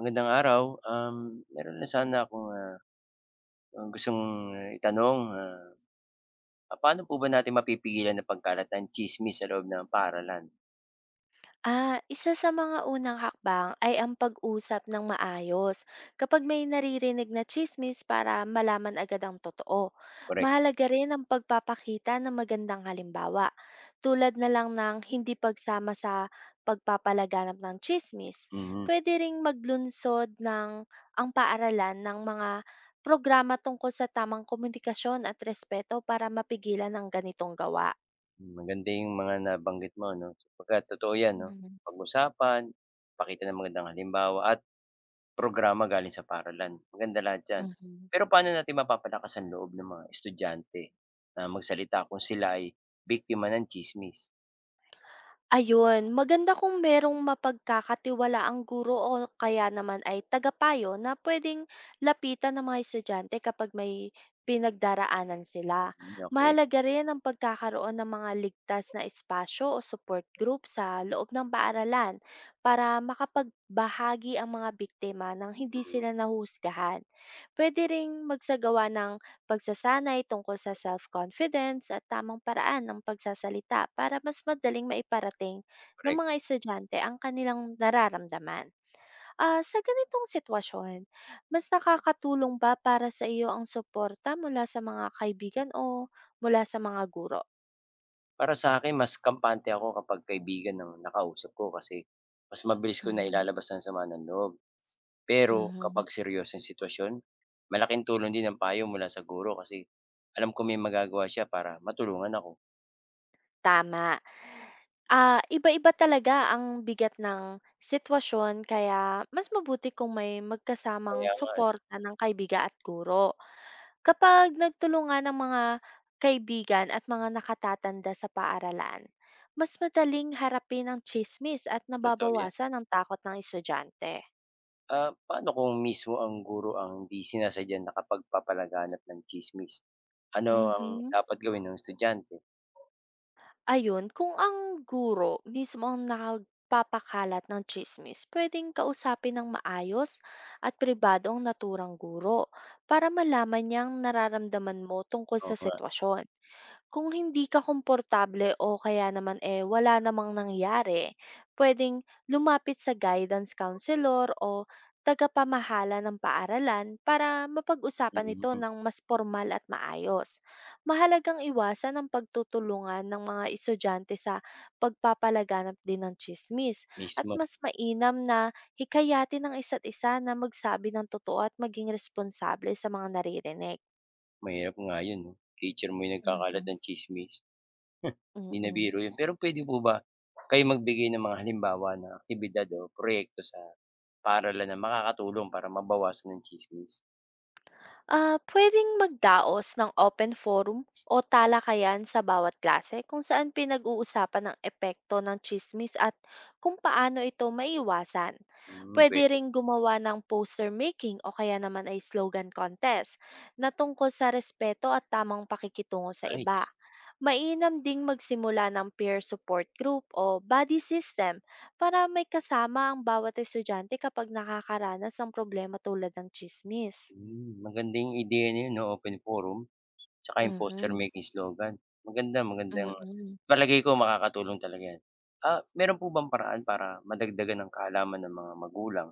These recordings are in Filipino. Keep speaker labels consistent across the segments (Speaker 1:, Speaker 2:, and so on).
Speaker 1: Magandang araw. Meron na sana akong, gustong itanong, papaano po ba natin mapipigilan na pagkalat ng tsismis sa loob ng paaralan?
Speaker 2: Ah, isa sa mga unang hakbang ay ang pag-usap ng maayos. Kapag may naririnig na chismis para malaman agad ang totoo.
Speaker 1: Correct?
Speaker 2: Mahalaga rin ang pagpapakita ng magandang halimbawa. Tulad na lang ng hindi pagsama sa pagpapalaganap ng chismis.
Speaker 1: Mhm.
Speaker 2: Pwede ring maglunsod ang paaralan ng mga programa tungkol sa tamang komunikasyon at respeto para mapigilan ang ganitong gawa.
Speaker 1: Maganda yung mga nabanggit mo 'no, sapagkat totoo 'yan 'no.
Speaker 2: Mhm.
Speaker 1: Pag-usapan, pakita ng magandang halimbawa at programa galing sa paaralan, maganda lahat 'yan.
Speaker 2: Mhm.
Speaker 1: Pero paano natin mapapalakas ang loob ng mga estudyante na magsalita kung sila ay biktima ng tsismis?
Speaker 2: Ayun, maganda kung merong mapagkakatiwalaang guro o kaya naman ay tagapayo na pwedeng lapitan ng mga estudyante kapag may pinagdaraanan sila.
Speaker 1: Mm, okey.
Speaker 2: Mahalaga rin ang pagkakaroon ng mga ligtas na espasyo o support group sa loob ng paaralan para makapagbahagi ang mga biktima nang hindi
Speaker 1: Mm,
Speaker 2: sila nahusgahan. Pwede ring magsagawa ng pagsasanay tungkol sa self-confidence at tamang paraan ng pagsasalita para mas madaling maiparating ng
Speaker 1: korek.
Speaker 2: mga estudyante ang kanilang nararamdaman. Ah, sa ganitong sitwasyon, mas nakakatulong ba para sa iyo ang suporta mula sa mga kaibigan o mula sa mga guro?
Speaker 1: Para sa akin mas kampante ako kapag kaibigan ng nakausap ko kasi mas mabilis ko
Speaker 2: Mhm,
Speaker 1: nailalabas ang sama ng loob. Pero
Speaker 2: mhm.
Speaker 1: kapag seryosong sitwasyon, malaking tulong din ang payo mula sa guro kasi alam kong may magagawa siya para matulungan ako.
Speaker 2: Tama. Ah, iba-iba talaga ang bigat ng sitwasyon kaya mas mabuti kung may magkasamang
Speaker 1: Kaya nga eh,
Speaker 2: suporta ng kaibigan at guro. Kapag nagtulungan ng mga kaibigan at mga nakatatanda sa paaralan, mas madaling harapin ang chismis at
Speaker 1: totoo 'yan.
Speaker 2: nababawasan ang takot ng estudyante.
Speaker 1: Ah, paano kung mismo ang guro ang hindi sinasadya nakapagpapalaganap ng tsismis? Ano ang
Speaker 2: Mhm.
Speaker 1: dapat gawin ng estudyante?
Speaker 2: Ayun, kung ang guro mismo ang nagpapakalat ng chismis, pwedeng kausapin ng maayos at pribado ang naturang guro para malaman niyang nararamdaman mo tungkol
Speaker 1: Oo
Speaker 2: sa
Speaker 1: nga,
Speaker 2: sitwasyon. Kung hindi ka komportable o kaya naman eh wala namang nangyari, pwedeng lumapit sa guidance counselor o tagapamahala ng paaralan para mapag-usapan ito
Speaker 1: mm,
Speaker 2: ng mas formal at maayos. Mahalagang iwasan ang pagtutulungan ng mga estudyante sa pagpapalaganap din ng chismis at
Speaker 1: mismo.
Speaker 2: mas mainam na hikayatin ng isa't isa na magsabi ng totoo at maging responsable sa mga naririnig.
Speaker 1: Mahirap nga 'yun 'no, teacher mo yung nagkakalat
Speaker 2: Mhm.
Speaker 1: ng tsismis.
Speaker 2: Mm.
Speaker 1: Hindi na biro
Speaker 2: Mm.
Speaker 1: yun. Pero pwede po ba kayo magbigay ng mga halimbawa na aktibidad o proyekto sa paaralan na makakatulong para mabawasan ng chismis.
Speaker 2: Ah, puwedeng magdaos ng open forum o talakayan sa bawat klase kung saan pinag-uusapan ang epekto ng chismis at kung paano ito maiwasan.
Speaker 1: Hmm,
Speaker 2: Pwede
Speaker 1: pwede.
Speaker 2: ring gumawa ng poster making o kaya naman ay slogan contest na tungkol sa respeto at tamang pakikitungo sa iba.
Speaker 1: Nice.
Speaker 2: Mainam ding magsimula ng peer support group o buddy system para may kasama ang bawat estudyante kapag nakakaranas ng problema tulad ng chismis.
Speaker 1: Hmm, magandang ideya na yun 'no, open forum, tsaka yung
Speaker 2: Mhm.
Speaker 1: poster-making slogan. Maganda, magandang
Speaker 2: Mm.
Speaker 1: palagay ko makakatulong talaga yan. Ah, meron po bang paraan para madagdagan ng kaalaman ng mga magulang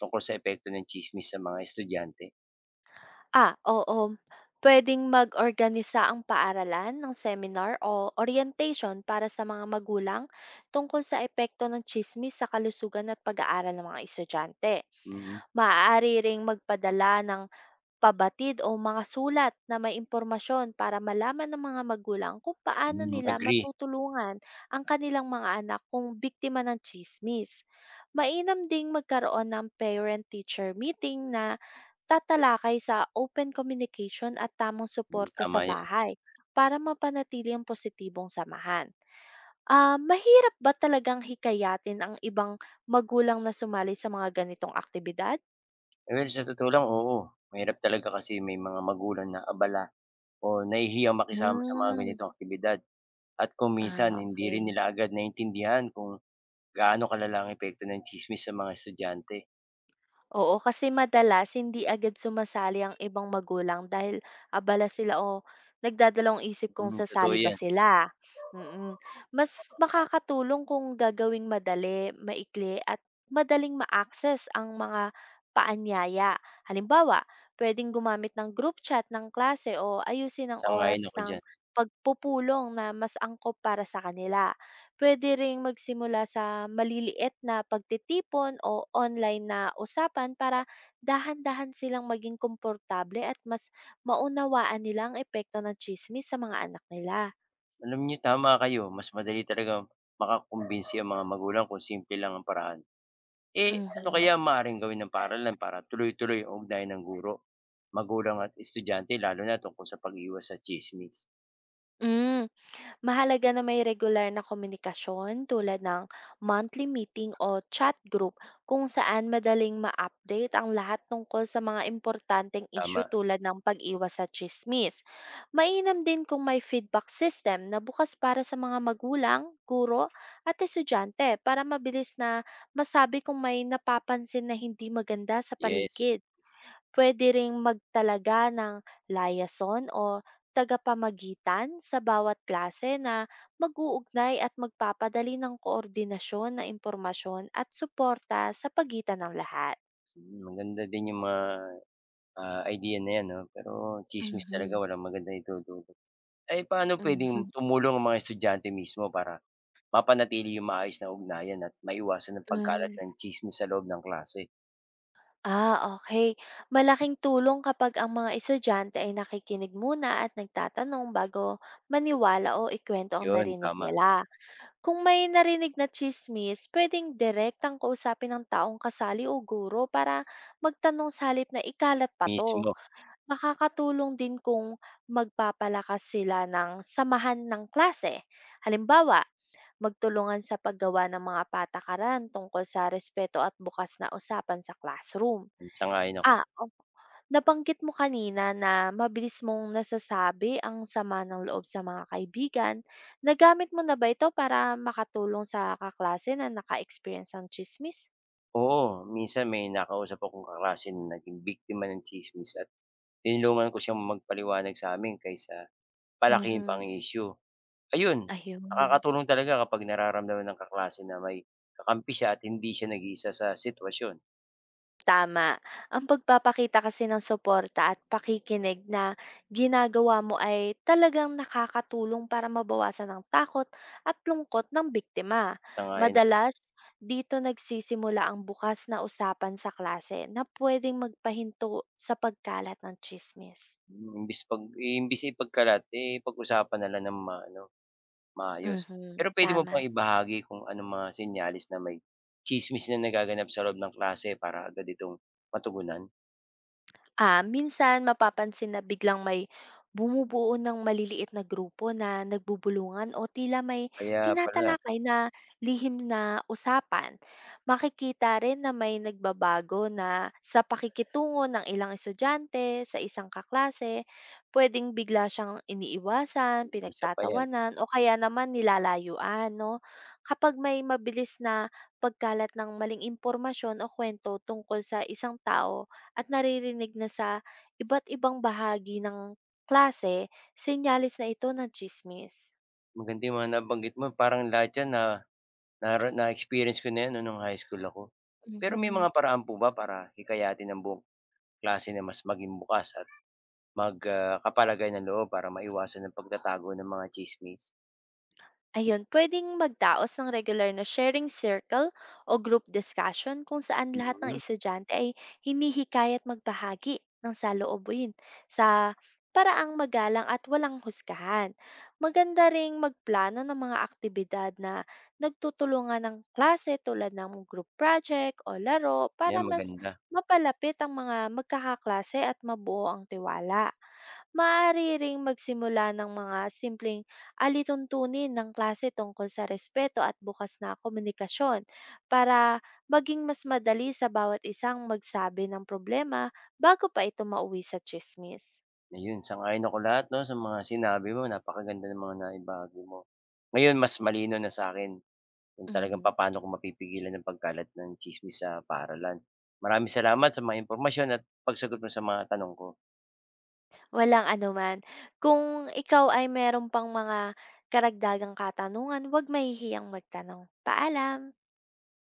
Speaker 1: tungkol sa epekto ng chismis sa mga estudyante?
Speaker 2: Ah, oo. Puwedeng mag-organisa ang paaralan ng seminar o orientation para sa mga magulang tungkol sa epekto ng tsismis sa kalusugan at pag-aaral ng mga estudyante.
Speaker 1: Mm.
Speaker 2: Maaari ring magpadala ng pabatid o mga sulat na may impormasyon para malaman ng mga magulang kung paano
Speaker 1: Hmm,
Speaker 2: nila
Speaker 1: agree.
Speaker 2: matutulungan ang kanilang mga anak kung biktima ng chismis. Mainam ding magkaroon ng parent-teacher meeting na tatalakay sa open communication at tamang
Speaker 1: Hmm,
Speaker 2: suporta sa
Speaker 1: tama.
Speaker 2: bahay para mapanatili ang positibong samahan. Ah, mahirap ba talagang hikayatin ang ibang magulang na sumali sa mga ganitong aktibidad?
Speaker 1: Well, sa totoo lang, oo. Mahirap talaga kasi may mga magulang na abala o nahihiyang makisama sa mga
Speaker 2: Hmm.
Speaker 1: ganitong aktibidad at kung
Speaker 2: Ah,
Speaker 1: minsan hindi rin
Speaker 2: okay.
Speaker 1: nila agad naintindihan kung gaano kalala ang epekto ng chismis sa mga estudyante.
Speaker 2: Oo, kasi madalas hindi agad sumasali ang ibang magulang dahil abala sila o nagdadalawang isip kung
Speaker 1: Mm, totoo
Speaker 2: sasali ba
Speaker 1: 'yan.
Speaker 2: sila. Mm. Mas makakatulong kung gagawing madali, maikli at madaling ma-access ang mga paanyaya. Halimbawa, pwedeng gumamit ng group chat ng klase o ayusin ang
Speaker 1: Sang-ayon
Speaker 2: oras
Speaker 1: ako
Speaker 2: ng
Speaker 1: diyan.
Speaker 2: pagpupulong na mas angkop para sa kanila. Puwede ring magsimula sa maliliit na pagtitipon o online na usapan para dahan-dahan silang maging komportable at mas maunawaan nila ang epekto ng tsismis sa mga anak nila.
Speaker 1: Alam niyo tama kayo, mas madali talaga makakumbinsi ang mga magulang kung simple lang ang paraan. Eh, ano
Speaker 2: Mhm.
Speaker 1: kaya ang maaaring gawin ng paaralan para tuloy-tuloy ang ugnayan ng guro, magulang at estudyante lalo na tungkol sa pag-iwas sa chismis.
Speaker 2: Hmm. Mahalaga na may regular na komunikasyon tulad ng monthly meeting o chat group kung saan madaling ma-update ang lahat tungkol sa mga importanteng issue
Speaker 1: Tama,
Speaker 2: tulad ng pag-iwas sa chismis. Mainam din kung may feedback system na bukas para sa mga magulang, guro at estudyante para mabilis na masabi kung may napapansin na hindi maganda sa
Speaker 1: yes.
Speaker 2: paligid. Puwede ring magtalaga ng liaison o tagapamagitan sa bawat klase na mag-uugnay at magpapadali ng koordinasyon na impormasyon at suporta sa pagitan ng lahat.
Speaker 1: Mm, maganda din yung mga, idea na 'yan 'no, pero chismis talaga
Speaker 2: Mhm,
Speaker 1: walang magandang idudulot. Ay paano puwedeng
Speaker 2: mhm,
Speaker 1: tumulong ang mga estudyante mismo para mapanatili yung maayos na ugnayan at maiwasan ang pagkalat
Speaker 2: hmm.
Speaker 1: ng chismis sa loob ng klase?
Speaker 2: Ah, okay. Malaking tulong kapag ang mga estudyante ay nakikinig muna at nagtatanong bago maniwala o ikwento ang
Speaker 1: 'Yun,
Speaker 2: narinig
Speaker 1: tama,
Speaker 2: nila. Kung may narinig na tsismis, pwedeng direktang kausapin ng taong kasali o guro para magtanong sa halip na ikalat pa 'to.
Speaker 1: mismo,
Speaker 2: Makakatulong din kung magpapalakas sila ng samahan ng klase. Halimbawa, magtulungan sa paggawa ng mga patakaran tungkol sa respeto at bukas na usapan sa classroom.
Speaker 1: sang-ayon ako.
Speaker 2: Ah, opo. Nabanggit mo kanina na mabilis mong nasasabi ang sama ng loob sa mga kaibigan. Nagamit mo na ba ito para makatulong sa kaklase na naka-experience ng tsismis?
Speaker 1: Oo, minsan may nakausap akong kaklase na naging biktima ng chismis at tinulungan ko siyang magpaliwanag sa amin kaysa palaki pa ang
Speaker 2: Mhm,
Speaker 1: issue. Ayun,
Speaker 2: ayun.
Speaker 1: nakakatulong talaga kapag nararamdaman ng kaklase na may kakampi siya at hindi siya nag-iisa sa sitwasyon.
Speaker 2: Tama. Ang pagpapakita kasi ng suporta at pakikinig na ginagawa mo ay talagang nakakatulong para mabawasan ang takot at lungkot ng biktima.
Speaker 1: Sang-ayon ako
Speaker 2: Madalas,
Speaker 1: diyan.
Speaker 2: dito nagsisimula ang bukas na usapan sa klase na pwedeng magpahinto sa pagkalat ng chismis.
Speaker 1: Hmm, imbis ipagkalat, eh, pag-usapan na lang ng maano, maayos.
Speaker 2: Mhm,
Speaker 1: Pero puwede mo
Speaker 2: tama.
Speaker 1: bang ibahagi kung anong mga senyales na may tsismis na nagaganap sa loob ng klase para agad itong matugunan?
Speaker 2: Ah, minsan mapapansin na biglang may bumubuo ng maliliit na grupo na nagbubulungan o tila may
Speaker 1: Kaya pala,
Speaker 2: tinatalakay na lihim na usapan. Makikita rin na may nagbabago na sa pakikitungo ng ilang estudyante sa isang kaklase, pwedeng bigla siyang iniiwasan,
Speaker 1: isa pa 'yan.
Speaker 2: pinagtatawanan, o kaya naman nilalayuan. No? Kapag may mabilis na pagkalat ng maling impormasyon o kwento tungkol sa isang tao, at naririnig na sa iba't ibang bahagi ng klase, senyales na ito ng tsismis.
Speaker 1: Maganda yung mga nabanggit mo, parang lahat 'yan na nara na-experience ko na 'yan, 'no, nung high school ako. Pero may
Speaker 2: Mhm.
Speaker 1: mga paraan po ba para hikayatin ang buong klase na mas maging bukas at mag kapalagay ng loob para maiwasan ang pagtatago ng mga tsismis?
Speaker 2: Ayun, pwedeng magdaos ng regular na sharing circle o group discussion kung saan lahat ng
Speaker 1: Mm,
Speaker 2: estudyante ay hinihikayat magbahagi ng saloobin sa paraang magalang at walang husgahan. Maganda ring magplano ng mga aktibidad na nagtutulungan ng klase tulad ng group project o laro
Speaker 1: 'yan
Speaker 2: para mas
Speaker 1: maganda.
Speaker 2: mapalapit ang mga magkakaklase at mabuo ang tiwala. Maaari ring magsimula ng mga simpleng alituntunin ng klase tungkol sa respeto at bukas na komunikasyon para maging mas madali sa bawat isang magsabi ng problema bago pa ito mauwi sa chismis.
Speaker 1: Ayun, sang-ayon ako lahat, 'no, sa mga sinabi mo, napakaganda ng mga naibahagi mo. Ngayon mas malinaw na sa'kin kung talagang
Speaker 2: Mhm.
Speaker 1: papaano ko mapipigilan ang pagkalat ng tsismis sa paaralan. Maraming salamat sa mga impormasyon at pagsagot mo sa mga tanong ko.
Speaker 2: Walang anuman. Kung ikaw ay meron pang mga karagdagang katanungan, huwag mahihiyang magtanong. Paalam!